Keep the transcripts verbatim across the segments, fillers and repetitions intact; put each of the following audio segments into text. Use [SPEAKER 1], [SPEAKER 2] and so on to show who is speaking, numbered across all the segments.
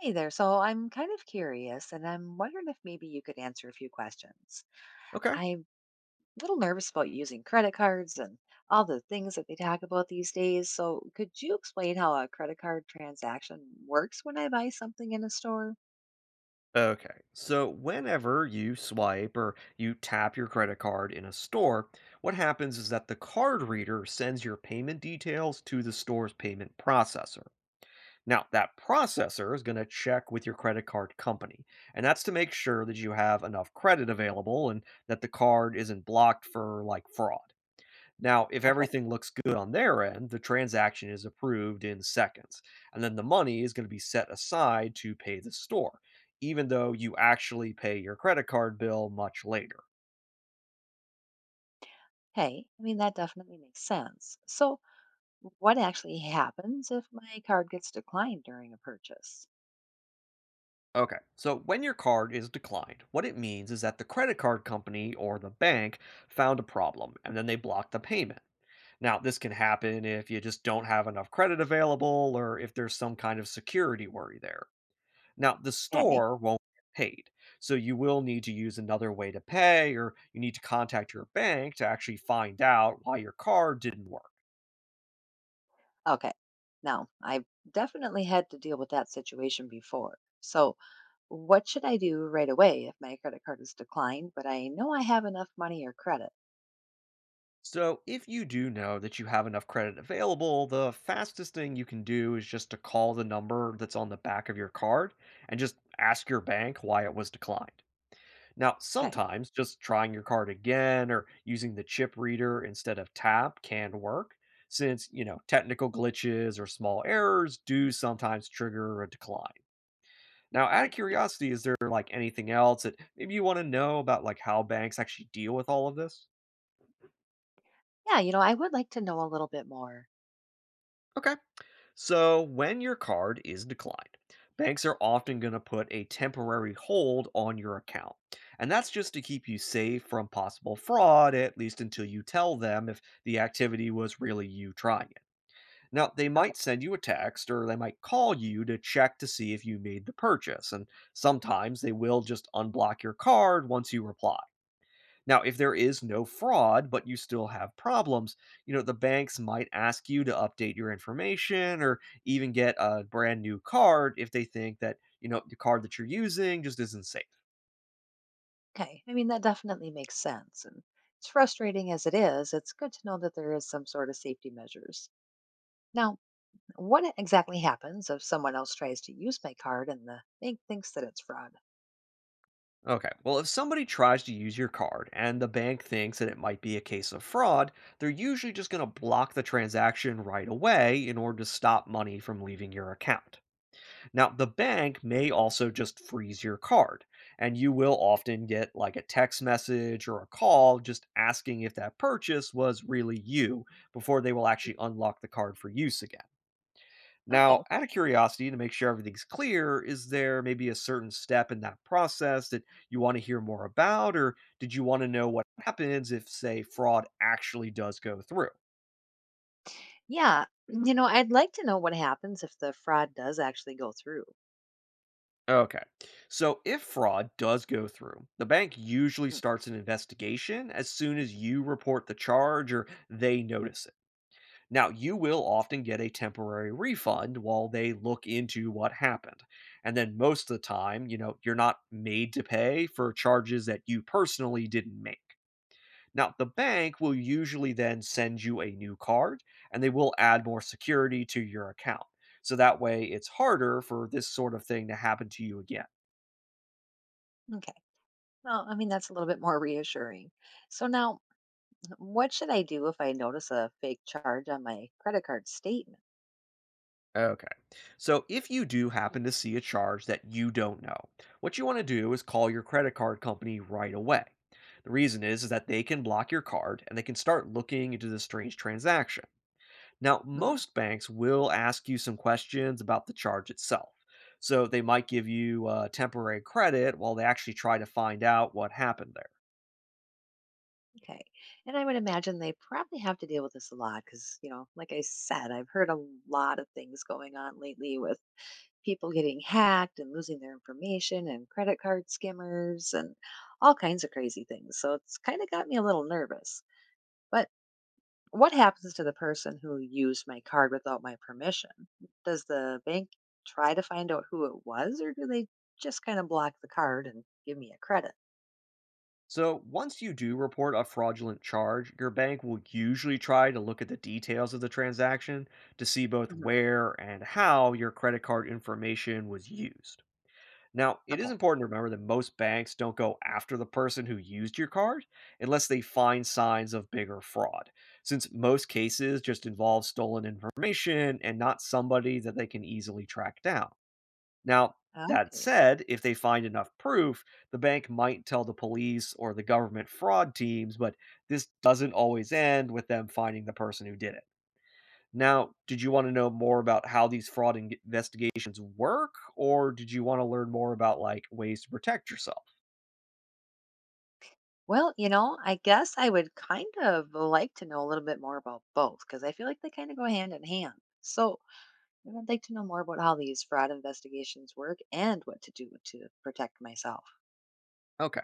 [SPEAKER 1] Hey there. So I'm kind of curious and I'm wondering if maybe you could answer a few questions.
[SPEAKER 2] Okay.
[SPEAKER 1] I'm a little nervous about using credit cards and all the things that they talk about these days. So could you explain how a credit card transaction works when I buy something in a store?
[SPEAKER 2] Okay. So whenever you swipe or you tap your credit card in a store, what happens is that the card reader sends your payment details to the store's payment processor. Now, that processor is going to check with your credit card company, and that's to make sure that you have enough credit available and that the card isn't blocked for like fraud. Now, if
[SPEAKER 1] Okay.
[SPEAKER 2] everything looks good on their end, the transaction is approved in seconds, and then the money is going to be set aside to pay the store, even though you actually pay your credit card bill much later.
[SPEAKER 1] Hey, I mean, that definitely makes sense. So what actually happens if my card gets declined during a purchase?
[SPEAKER 2] Okay, so when your card is declined, what it means is that the credit card company or the bank found a problem and then they blocked the payment. Now, this can happen if you just don't have enough credit available or if there's some kind of security worry there. Now, the
[SPEAKER 1] Okay.
[SPEAKER 2] store won't get paid, so you will need to use another way to pay, or you need to contact your bank to actually find out why your card didn't work.
[SPEAKER 1] Okay. Now, I've definitely had to deal with that situation before. So what should I do right away if my credit card is declined, but I know I have enough money or credit?
[SPEAKER 2] So, if you do know that you have enough credit available, the fastest thing you can do is just to call the number that's on the back of your card and just ask your bank why it was declined. Now,
[SPEAKER 1] Okay.
[SPEAKER 2] sometimes just trying your card again or using the chip reader instead of tap can work, since, you know, technical glitches or small errors do sometimes trigger a decline. Now, out of
[SPEAKER 1] I,
[SPEAKER 2] curiosity, is there like anything else that maybe you want to know about like how banks actually deal with all of this?
[SPEAKER 1] yeah, you know, I would like to know a little bit more.
[SPEAKER 2] Okay. So, when your card is declined, banks are often going to put a temporary hold on your account. And that's just to keep you safe from possible fraud, at least until you tell them if the activity was really you trying it. Now, they might send you a text or they might call you to check to see if you made the purchase. And sometimes they will just unblock your card once you reply. Now, if there is no fraud, but you still have problems, you know, the banks might ask you to update your information or even get a brand new card if they think that, you know, the card that you're using just isn't safe.
[SPEAKER 1] Okay. I mean, that definitely makes sense. And it's frustrating as it is, it's good to know that there is some sort of safety measures. Now, what e- exactly happens if someone else tries to use my card and the bank thinks that it's fraud?
[SPEAKER 2] Okay, well, if somebody tries to use your card and the bank thinks that it might be a case of fraud, they're usually just going to block the transaction right away in order to stop money from leaving your account. Now, the bank may also just freeze your card, and you will often get like a text message or a call just asking if that purchase was really you before they will actually unlock the card for use again.
[SPEAKER 1] Okay.
[SPEAKER 2] Now, out of curiosity, to make sure everything's clear, is there maybe a certain step in that process that you want to hear more about, or did you want to know what happens if, say, fraud actually does go through?
[SPEAKER 1] Yeah. You know, I'd like to know what happens if the fraud does actually go through.
[SPEAKER 2] Okay. So if fraud does go through, the bank usually
[SPEAKER 1] Hmm,
[SPEAKER 2] starts an investigation as soon as you report the charge or they notice it. Now, you will often get a temporary refund while they look into what happened. And then most of the time, you know, you're not made to pay for charges that you personally didn't make. Now, the bank will usually then send you a new card and they will add more security to your account. So that way it's harder for this sort of thing to happen to you again.
[SPEAKER 1] Okay. Well, I mean, that's a little bit more reassuring. So now, what should I do if I notice a fake charge on my credit card statement?
[SPEAKER 2] Okay. So if you do happen to see a charge that you don't know, what you want to do is call your credit card company right away. The reason is, is that they can block your card and they can start looking into the strange transaction. Now,
[SPEAKER 1] hmm
[SPEAKER 2] most banks will ask you some questions about the charge itself. So they might give you uh, temporary credit while they actually try to find out what happened there.
[SPEAKER 1] Okay. And I would imagine they probably have to deal with this a lot because, you know, like I said, I've heard a lot of things going on lately with people getting hacked and losing their information and credit card skimmers and all kinds of crazy things. So it's kind of got me a little nervous. But what happens to the person who used my card without my permission? Does the bank try to find out who it was, or do they just kind of block the card and give me a credit?
[SPEAKER 2] So, once you do report a fraudulent charge, your bank will usually try to look at the details of the transaction to see both
[SPEAKER 1] Mhm.
[SPEAKER 2] where and how your credit card information was used. Now, it is
[SPEAKER 1] Okay.
[SPEAKER 2] important to remember that most banks don't go after the person who used your card unless they find signs of bigger fraud, since most cases just involve stolen information and not somebody that they can easily track down. Now, that
[SPEAKER 1] Okay.
[SPEAKER 2] said, if they find enough proof, the bank might tell the police or the government fraud teams, but this doesn't always end with them finding the person who did it. Now, did you want to know more about how these fraud in- investigations work, or did you want to learn more about like ways to protect yourself?
[SPEAKER 1] Well, you know, I guess I would kind of like to know a little bit more about both because I feel like they kind of go hand in hand. So I would like to know more about how these fraud investigations work and what to do to protect myself.
[SPEAKER 2] Okay.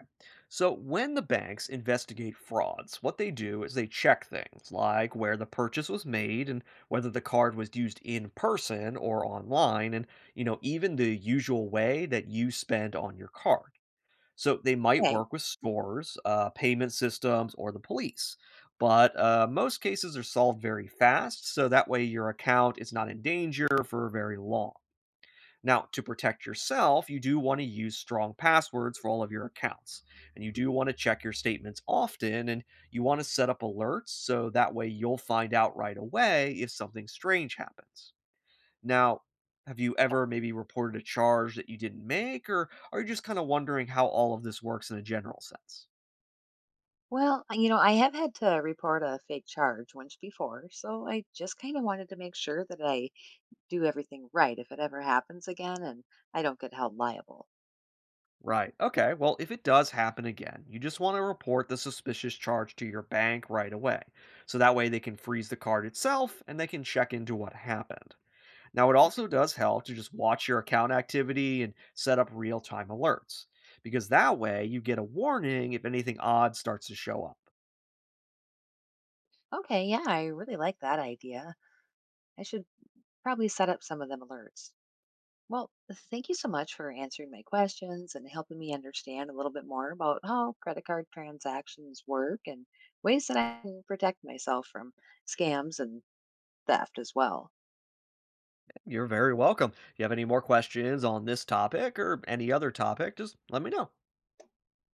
[SPEAKER 2] So when the banks investigate frauds, what they do is they check things like where the purchase was made and whether the card was used in person or online and, you know, even the usual way that you spend on your card. So they might
[SPEAKER 1] Okay.
[SPEAKER 2] work with stores, uh, payment systems, or the police. But uh, most cases are solved very fast, so that way your account is not in danger for very long. Now, to protect yourself, you do want to use strong passwords for all of your accounts. And you do want to check your statements often and you want to set up alerts so that way you'll find out right away if something strange happens. Now, have you ever maybe reported a charge that you didn't make or are you just kind of wondering how all of this works in a general sense?
[SPEAKER 1] Well, I- you know, I have had to report a fake charge once before, so I just kind of wanted to make sure that I do everything right if it ever happens again and I don't get held liable.
[SPEAKER 2] Right. Okay. Well, if it does happen again, you just want to report the suspicious charge to your bank right away. So that way they can freeze the card itself and they can check into what happened. Now, it also does help to just watch your account activity and set up real time alerts because that way you get a warning if anything odd starts to show up.
[SPEAKER 1] Okay, yeah, I really like that idea. I should probably set up some of them alerts. Well, thank you so much for answering my questions and helping me understand a little bit more about how credit card transactions work and ways that I can protect myself from scams and theft as well.
[SPEAKER 2] You're very welcome. If you have any more questions on this topic or any other topic, just let me know.